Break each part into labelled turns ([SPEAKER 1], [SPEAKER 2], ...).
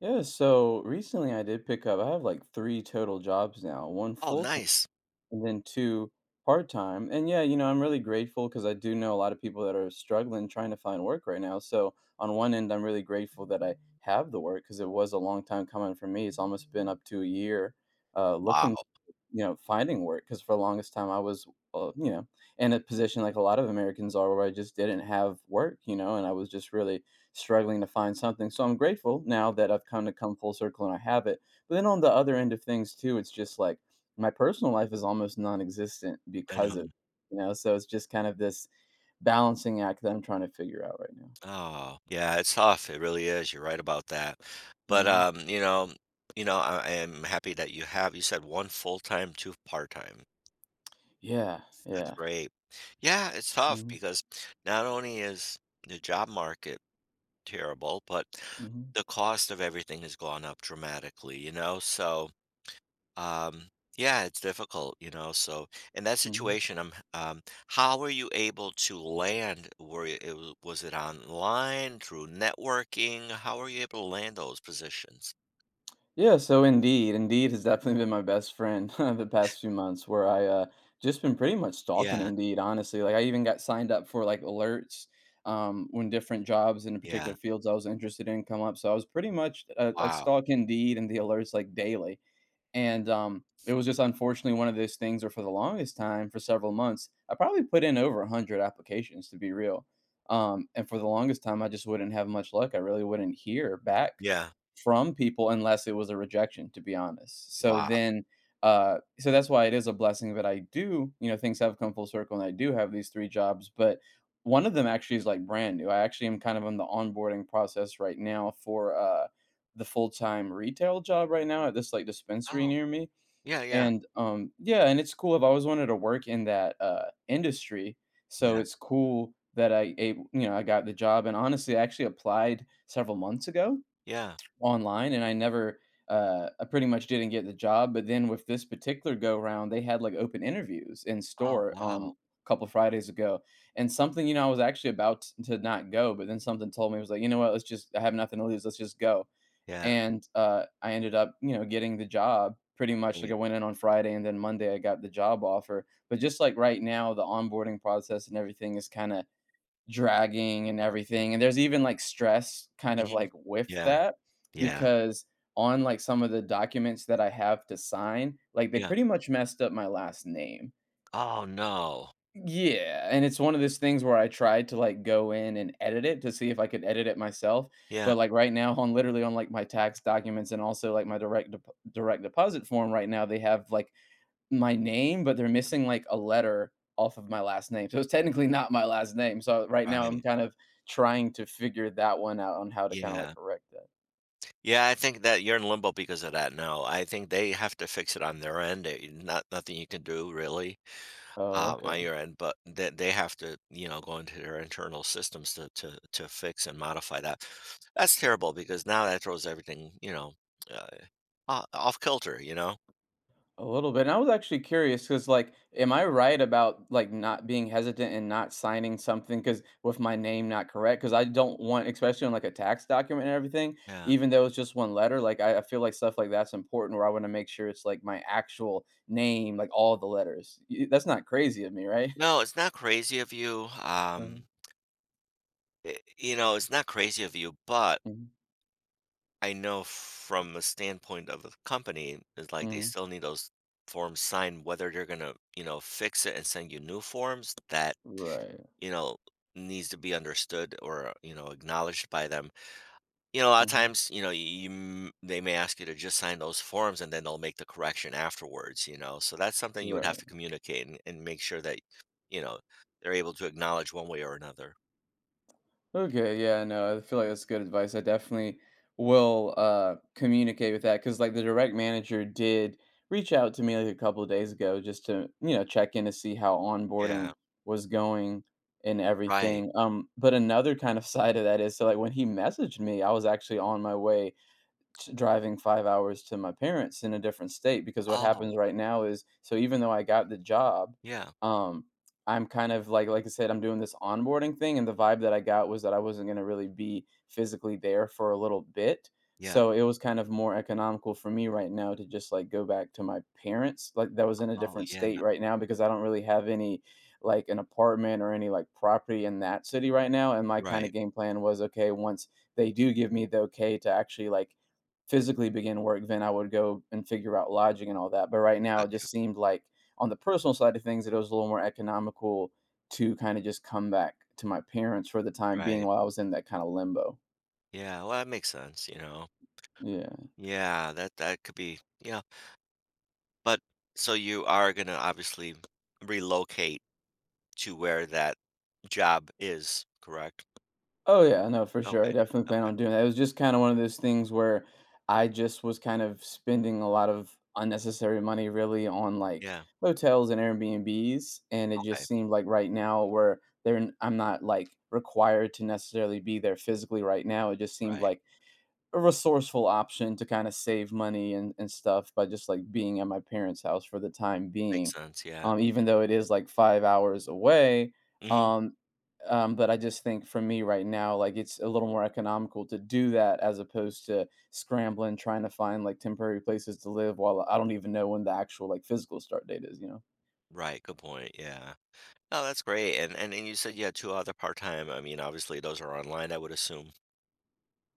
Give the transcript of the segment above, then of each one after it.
[SPEAKER 1] Yeah, so recently I did pick up, I have like three total jobs now, one
[SPEAKER 2] Oh,
[SPEAKER 1] full time
[SPEAKER 2] nice.
[SPEAKER 1] and then two-part time. And yeah, I'm really grateful because I do know a lot of people that are struggling trying to find work right now. So on one end, I'm really grateful that I have the work because it was a long time coming for me. It's almost been up to a year looking,
[SPEAKER 2] Wow,
[SPEAKER 1] you know, finding work because for the longest time I was, uh, you know, in a position like a lot of Americans are where I just didn't have work, and I was just really struggling to find something. So I'm grateful now that I've kind of come full circle and I have it. But then on the other end of things too, it's just like my personal life is almost non-existent
[SPEAKER 2] I know.
[SPEAKER 1] because of, so it's just kind of this balancing act that I'm trying to figure out right now.
[SPEAKER 2] Oh, yeah, it's tough, it really is, you're right about that, but,
[SPEAKER 1] hmm
[SPEAKER 2] I am happy that you said 1 full-time, 2 part-time.
[SPEAKER 1] Yeah,
[SPEAKER 2] That's
[SPEAKER 1] yeah.
[SPEAKER 2] great. Yeah, it's tough
[SPEAKER 1] hmm
[SPEAKER 2] because not only is the job market terrible, but
[SPEAKER 1] hmm
[SPEAKER 2] the cost of everything has gone up dramatically, you know, so Um, yeah, it's difficult, you know. So in that
[SPEAKER 1] hmm
[SPEAKER 2] situation, how were you able to land? Were you, it, wa- Was it online through networking? How were you able to land those positions?
[SPEAKER 1] Yeah, so Indeed has definitely been my best friend the past few months where I just been pretty much stalking
[SPEAKER 2] Yeah,
[SPEAKER 1] Indeed, honestly. Like I even got signed up for like alerts when different jobs in
[SPEAKER 2] yeah.
[SPEAKER 1] particular fields I was interested in come up. So I was pretty much I
[SPEAKER 2] Wow.
[SPEAKER 1] stalk Indeed and the alerts like daily. And it was just unfortunately one of those things where for the longest time, for several months, I probably put in over 100 applications to be real. And for the longest time, I just wouldn't have much luck. I really wouldn't hear back
[SPEAKER 2] Yeah.
[SPEAKER 1] from people unless it was a rejection, to be honest. So
[SPEAKER 2] Wow.
[SPEAKER 1] then, so that's why it is a blessing that I do, you know, things have come full circle and I do have these three jobs. But one of them actually is like brand new. I actually am kind of in the onboarding process right now for the full-time retail job right now at this, like, dispensary
[SPEAKER 2] Oh,
[SPEAKER 1] near me,
[SPEAKER 2] yeah, yeah,
[SPEAKER 1] and, yeah, and it's cool. I've always wanted to work in that, industry, so
[SPEAKER 2] yeah,
[SPEAKER 1] it's cool that I ab you know, I got the job, and honestly, I actually applied several months ago
[SPEAKER 2] yeah.
[SPEAKER 1] online, and I never, I pretty much didn't get the job, but then with this particular go round, they had, like, open interviews in
[SPEAKER 2] Oh,
[SPEAKER 1] store,
[SPEAKER 2] wow.
[SPEAKER 1] a couple Fridays ago, and something, you know, I was actually about t to not go, but then something told me, it was like, "You know what? Let's just I have nothing to lose. Let's just go."
[SPEAKER 2] Yeah,
[SPEAKER 1] And, I ended up, you know, getting the job pretty much, like, I
[SPEAKER 2] great.
[SPEAKER 1] went in on Friday, and then Monday, I got the job offer. But just like right now, the onboarding process and everything is kinda dragging and everything, and there's even, like, stress kind of,
[SPEAKER 2] Hmm.
[SPEAKER 1] like, with
[SPEAKER 2] Yeah,
[SPEAKER 1] that
[SPEAKER 2] yeah,
[SPEAKER 1] because on, like, some of the documents that I have to sign, like, they
[SPEAKER 2] yeah.
[SPEAKER 1] pretty much messed up my last name.
[SPEAKER 2] Oh no.
[SPEAKER 1] Yeah, and it's one of those things where I tried to, like, go in and edit it to see if I could edit it myself,
[SPEAKER 2] Yeah,
[SPEAKER 1] but, like, right now on literally on, like, my tax documents and also, like, my direct deposit form right now, they have, like, my name, but they're missing, like, a letter off of my last name, so it's technically not my last name, so right now I'm
[SPEAKER 2] right.
[SPEAKER 1] kind of trying to figure that one out on how to kinda, like,
[SPEAKER 2] Yeah.
[SPEAKER 1] correct that.
[SPEAKER 2] Yeah, I think that you're in limbo because of that now. I think they have to fix it on their end. Not nothing you can do really,
[SPEAKER 1] Oh,
[SPEAKER 2] on
[SPEAKER 1] okay.
[SPEAKER 2] your end, but they have to, you know, go into their internal systems to fix and modify that. That's terrible because now that throws everything, you know, uh, o- off kilter. You know.
[SPEAKER 1] A little bit. And I was actually curious because, like, am I right about like not being hesitant and not signing something because with my name not correct? Because I don't want, especially on like a tax document and everything,
[SPEAKER 2] Yeah.
[SPEAKER 1] even though it's just one letter, like I feel like stuff like that's important where I want to make sure it's like my actual name, like all the letters. That's not crazy of me, right?
[SPEAKER 2] No, it's not crazy of you.
[SPEAKER 1] Mhm.
[SPEAKER 2] You know, it's not crazy of you, but
[SPEAKER 1] Mhm.
[SPEAKER 2] I know from a standpoint of a company is like they
[SPEAKER 1] Mhm.
[SPEAKER 2] still need those forms signed, whether they're gonna, you know, fix it and send you new forms that,
[SPEAKER 1] Right.
[SPEAKER 2] you know, needs to be understood or, you know, acknowledged by them. You know, a lot of
[SPEAKER 1] Mhm.
[SPEAKER 2] times, you know, you m they may ask you to just sign those forms and then they'll make the correction afterwards, you know? So that's something you would have
[SPEAKER 1] Right.
[SPEAKER 2] to communicate and make sure that, you know, they're able to acknowledge one way or another.
[SPEAKER 1] Okay, yeah, no, I feel like that's good advice. I definitely will communicate with that because, like, the direct manager did reach out to me like a couple of days ago just to you know check in to see how
[SPEAKER 2] Yeah,
[SPEAKER 1] onboarding was going and
[SPEAKER 2] right.
[SPEAKER 1] everything. But another kind of side of that is so like when he messaged me, I was actually on my way t driving 5 hours to my parents in a different state because what
[SPEAKER 2] Oh,
[SPEAKER 1] happens right now is so even though I got the job,
[SPEAKER 2] yeah,
[SPEAKER 1] um, I'm kind of like I said, I'm doing this onboarding thing, and the vibe that I got was that I wasn't gonna really be physically there for a little bit.
[SPEAKER 2] yeah.
[SPEAKER 1] So it was kind of more economical for me right now to just, like, go back to my parents, like, that was in a
[SPEAKER 2] Oh,
[SPEAKER 1] different
[SPEAKER 2] yeah.
[SPEAKER 1] state right now because I don't really have any, like, an apartment or any, like, property in that city right now, and my kinda
[SPEAKER 2] Right.
[SPEAKER 1] game plan was, okay, once they do give me the okay to actually, like, physically begin work, then I would go and figure out lodging and all that. But right now, it
[SPEAKER 2] Gotcha.
[SPEAKER 1] just seemed like on the personal side of things, that it was a little more economical to kind of just come back to my parents for the time being
[SPEAKER 2] Right.
[SPEAKER 1] while I was in that kind of limbo.
[SPEAKER 2] Yeah, well, that makes sense, you know.
[SPEAKER 1] Yeah.
[SPEAKER 2] Yeah, that could be, yeah. But so you are gonna obviously relocate to where that job is, correct?
[SPEAKER 1] Oh yeah, no, for sure.
[SPEAKER 2] Okay.
[SPEAKER 1] I definitely plan
[SPEAKER 2] Okay.
[SPEAKER 1] on doing that. It was just kind of one of those things where I just was kind of spending a lot of unnecessary money really on like
[SPEAKER 2] Yeah.
[SPEAKER 1] hotels and Airbnbs, and it
[SPEAKER 2] Okay.
[SPEAKER 1] just seemed like right now where I'm not like required to necessarily be there physically right now. It just seemed
[SPEAKER 2] Right.
[SPEAKER 1] like a resourceful option to kind of save money and stuff by just like being at my parents' house for the time
[SPEAKER 2] Makes
[SPEAKER 1] being.
[SPEAKER 2] sense. Yeah.
[SPEAKER 1] Even though it is like 5 hours away.
[SPEAKER 2] Hmm.
[SPEAKER 1] Um, but I just think for me right now, like it's a little more economical to do that as opposed to scrambling, trying to find like temporary places to live while I don't even know when the actual like physical start date is, you know?
[SPEAKER 2] Right. Good point. Yeah. Oh, that's great. And you said you had two other part-time. I mean, obviously those are online, I would assume.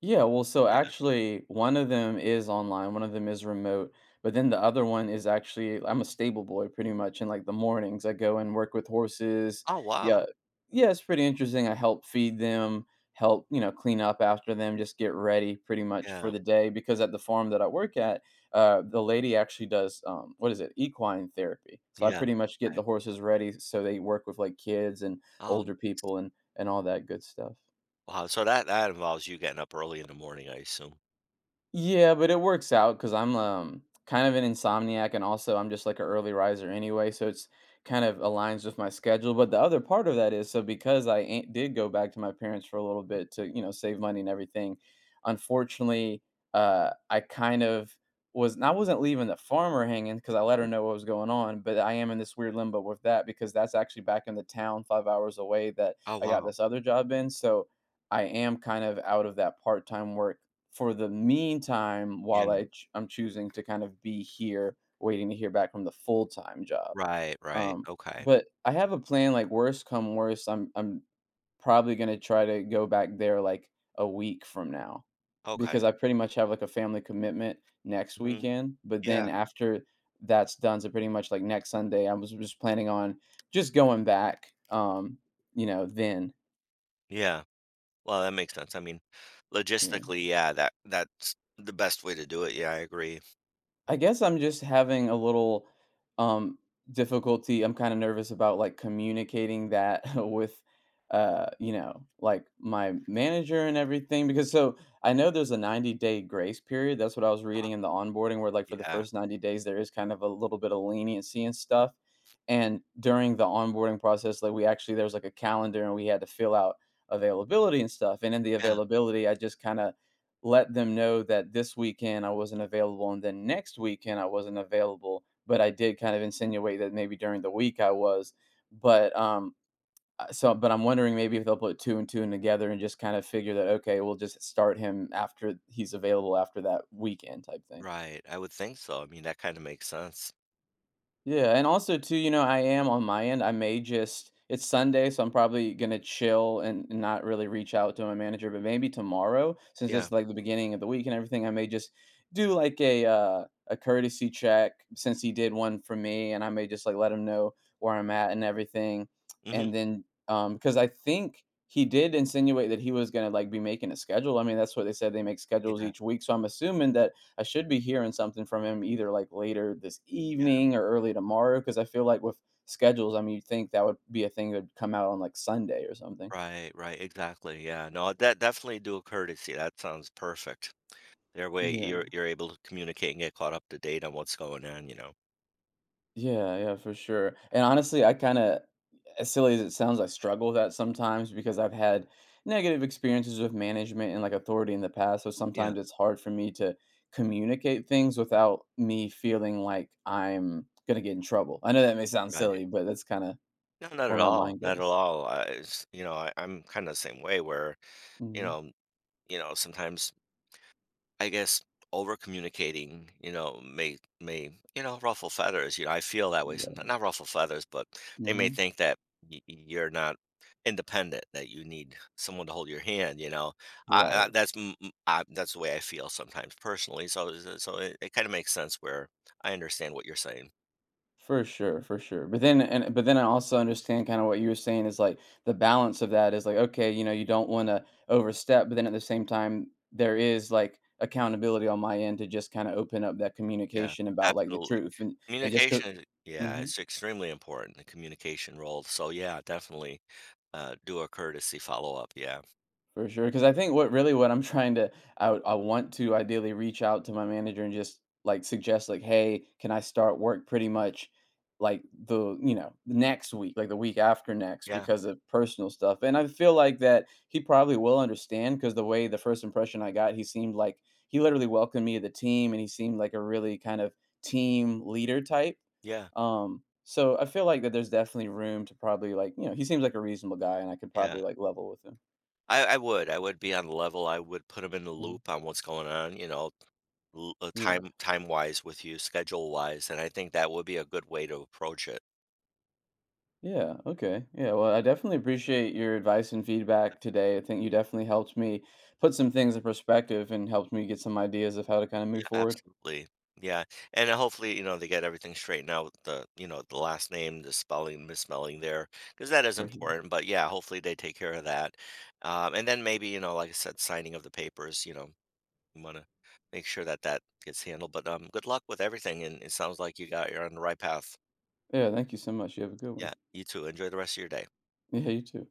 [SPEAKER 1] Yeah, well, so
[SPEAKER 2] Yeah.
[SPEAKER 1] actually, one of them is online, one of them is remote, but then the other one is actually I'm a stable boy pretty much. In like the mornings, I go and work with horses.
[SPEAKER 2] Oh, wow.
[SPEAKER 1] Yeah, yeah, it's pretty interesting. I help feed them, help you know clean up after them, just get ready pretty much for
[SPEAKER 2] Yeah.
[SPEAKER 1] the day. Because at the farm that I work at, the lady actually does what is it, equine therapy. So I
[SPEAKER 2] Yeah.
[SPEAKER 1] pretty much get
[SPEAKER 2] Okay.
[SPEAKER 1] the horses ready so they work with like kids and
[SPEAKER 2] Oh,
[SPEAKER 1] older people and all that good stuff.
[SPEAKER 2] wow. So that involves you getting up early in the morning, I assume.
[SPEAKER 1] Yeah, but it works out because I'm kind of an insomniac and also I'm just like an early riser anyway, so it's kind of aligns with my schedule. But the other part of that is so because I ain't, did go back to my parents for a little bit to you know save money and everything. Unfortunately, I kind of was I wasn't leaving the farmer hanging because I let her know what was going on, but I am in this weird limbo with that because that's actually back in the town 5 hours away that
[SPEAKER 2] Oh,
[SPEAKER 1] I got
[SPEAKER 2] wow.
[SPEAKER 1] this other job in. So I am kind of out of that part time work for the meantime,
[SPEAKER 2] Yeah.
[SPEAKER 1] while I'm choosing to kind of be here, waiting to hear back from the full time job.
[SPEAKER 2] Right, right.
[SPEAKER 1] Um,
[SPEAKER 2] Okay.
[SPEAKER 1] but I have a plan. Like worst come worst, I'm probably gonna try to go back there like a week from now,
[SPEAKER 2] Okay.
[SPEAKER 1] because I pretty much have like a family commitment next
[SPEAKER 2] Mhm.
[SPEAKER 1] weekend. But
[SPEAKER 2] Yeah.
[SPEAKER 1] then after that's done, so pretty much like next Sunday, I was just planning on just going back. You know, then.
[SPEAKER 2] Yeah. Well, that makes sense. I mean, logistically, yeah, that that's the best way to do it. Yeah, I agree.
[SPEAKER 1] I guess I'm just having a little um difficulty. I'm kind of nervous about like communicating that with you know like my manager and everything because so I know there's a 90-day grace period. That's what I was reading in the onboarding where like for the
[SPEAKER 2] Yeah.
[SPEAKER 1] first 90 days there is kind of a little bit of leniency and stuff. And during the onboarding process like we actually there's like a calendar and we had to fill out availability and stuff. And in the
[SPEAKER 2] Yeah.
[SPEAKER 1] availability I just kind of let them know that this weekend I wasn't available, and then next weekend I wasn't available. But I did kind of insinuate that maybe during the week I was. But um, but I'm wondering maybe if they'll put two and two in together and just kind of figure that okay, we'll just start him after he's available after that weekend type thing.
[SPEAKER 2] Right. I would think so. I mean, that kind of makes sense.
[SPEAKER 1] Yeah, and also too, you know, I am on my end. I may just it's Sunday, so I'm probably gonna chill and not really reach out to my manager. But maybe tomorrow, since
[SPEAKER 2] Yeah.
[SPEAKER 1] it's like the beginning of the week and everything, I may just do like a courtesy check since he did one for me, and I may just like let him know where I'm at and everything,
[SPEAKER 2] Hmm.
[SPEAKER 1] and then because I think he did insinuate that he was gonna like be making a schedule. I mean, that's what they said they make schedules
[SPEAKER 2] Yeah.
[SPEAKER 1] each week. So I'm assuming that I should be hearing something from him either like later this
[SPEAKER 2] Yeah.
[SPEAKER 1] evening or early tomorrow because I feel like with schedules, I mean, you'd think that would be a thing that would come out on like Sunday or something.
[SPEAKER 2] Right. Right. Exactly. Yeah. No, that definitely do a courtesy. That sounds perfect. Their way,
[SPEAKER 1] Yeah,
[SPEAKER 2] you're able to communicate and get caught up to date on what's going on. You know.
[SPEAKER 1] yeah, yeah, for sure. And honestly, as silly as it sounds, I struggle with that sometimes because I've had negative experiences with management and like authority in the past. So
[SPEAKER 2] Yeah.
[SPEAKER 1] sometimes it's hard for me to communicate things without me feeling like I'm going to get in trouble. I know that may sound
[SPEAKER 2] Right.
[SPEAKER 1] silly, but that's kind of
[SPEAKER 2] No, not at
[SPEAKER 1] where my
[SPEAKER 2] all.
[SPEAKER 1] mind
[SPEAKER 2] Not at
[SPEAKER 1] goes.
[SPEAKER 2] all. You know, I'm kind of the same way where you
[SPEAKER 1] hmm
[SPEAKER 2] know sometimes I guess over communicating, you know, may you know ruffle feathers. You know, I feel that way sometimes. Not ruffle feathers, but they may
[SPEAKER 1] Mhm.
[SPEAKER 2] think that you're not independent, that you need someone to hold your hand. You know,
[SPEAKER 1] Right.
[SPEAKER 2] that's that's the way I feel sometimes personally. So it kind of makes sense where I understand what you're saying.
[SPEAKER 1] For sure, for sure. But then I also understand kind of what you were saying is like the balance of that is like, okay, you know, you don't want to overstep, but then at the same time, there is like accountability on my end to just kind of open up that
[SPEAKER 2] Yeah,
[SPEAKER 1] communication about like the
[SPEAKER 2] absolutely.
[SPEAKER 1] truth and just because
[SPEAKER 2] Communication, yeah, it's extremely important. The communication role. So yeah, definitely do a courtesy follow up. Yeah.
[SPEAKER 1] For sure, because I think what I'm trying to I want to ideally reach out to my manager and just like suggest like, hey, can I start work pretty much like the you know the next week, like the week after next,
[SPEAKER 2] Yeah.
[SPEAKER 1] because of personal stuff. And I feel like that he probably will understand because the way the first impression I got, he seemed like he literally welcomed me to the team, and he seemed like a really kind of team leader type.
[SPEAKER 2] Yeah,
[SPEAKER 1] So I feel like that there's definitely room to probably like you know he seems like a reasonable guy, and I could
[SPEAKER 2] yeah.
[SPEAKER 1] probably like level with him.
[SPEAKER 2] I would be on the level, I would put them in the
[SPEAKER 1] Mm-hmm.
[SPEAKER 2] loop on what's going on, you know, l
[SPEAKER 1] Yeah.
[SPEAKER 2] time time-wise with you, schedule-wise, and I think that would be a good way to approach it.
[SPEAKER 1] Yeah. Okay. Yeah. Well, I definitely appreciate your advice and feedback today. I think you definitely helped me put some things in perspective and helped me get some ideas of how to kind of
[SPEAKER 2] Yeah,
[SPEAKER 1] move forward.
[SPEAKER 2] absolutely. Yeah, and hopefully, you know, they get everything straightened out with the you know, the last name, the spelling, misspelling there because that is
[SPEAKER 1] Perfect.
[SPEAKER 2] important, but yeah, hopefully they take care of that, and then maybe, you know, like I said, signing of the papers, you know, you wanna make sure that that gets handled, but, good luck with everything, and it sounds like you're on the right path.
[SPEAKER 1] Yeah. Thank you so much. You have a good
[SPEAKER 2] Yeah,
[SPEAKER 1] one.
[SPEAKER 2] you too. Enjoy the rest of your day.
[SPEAKER 1] Yeah. You too.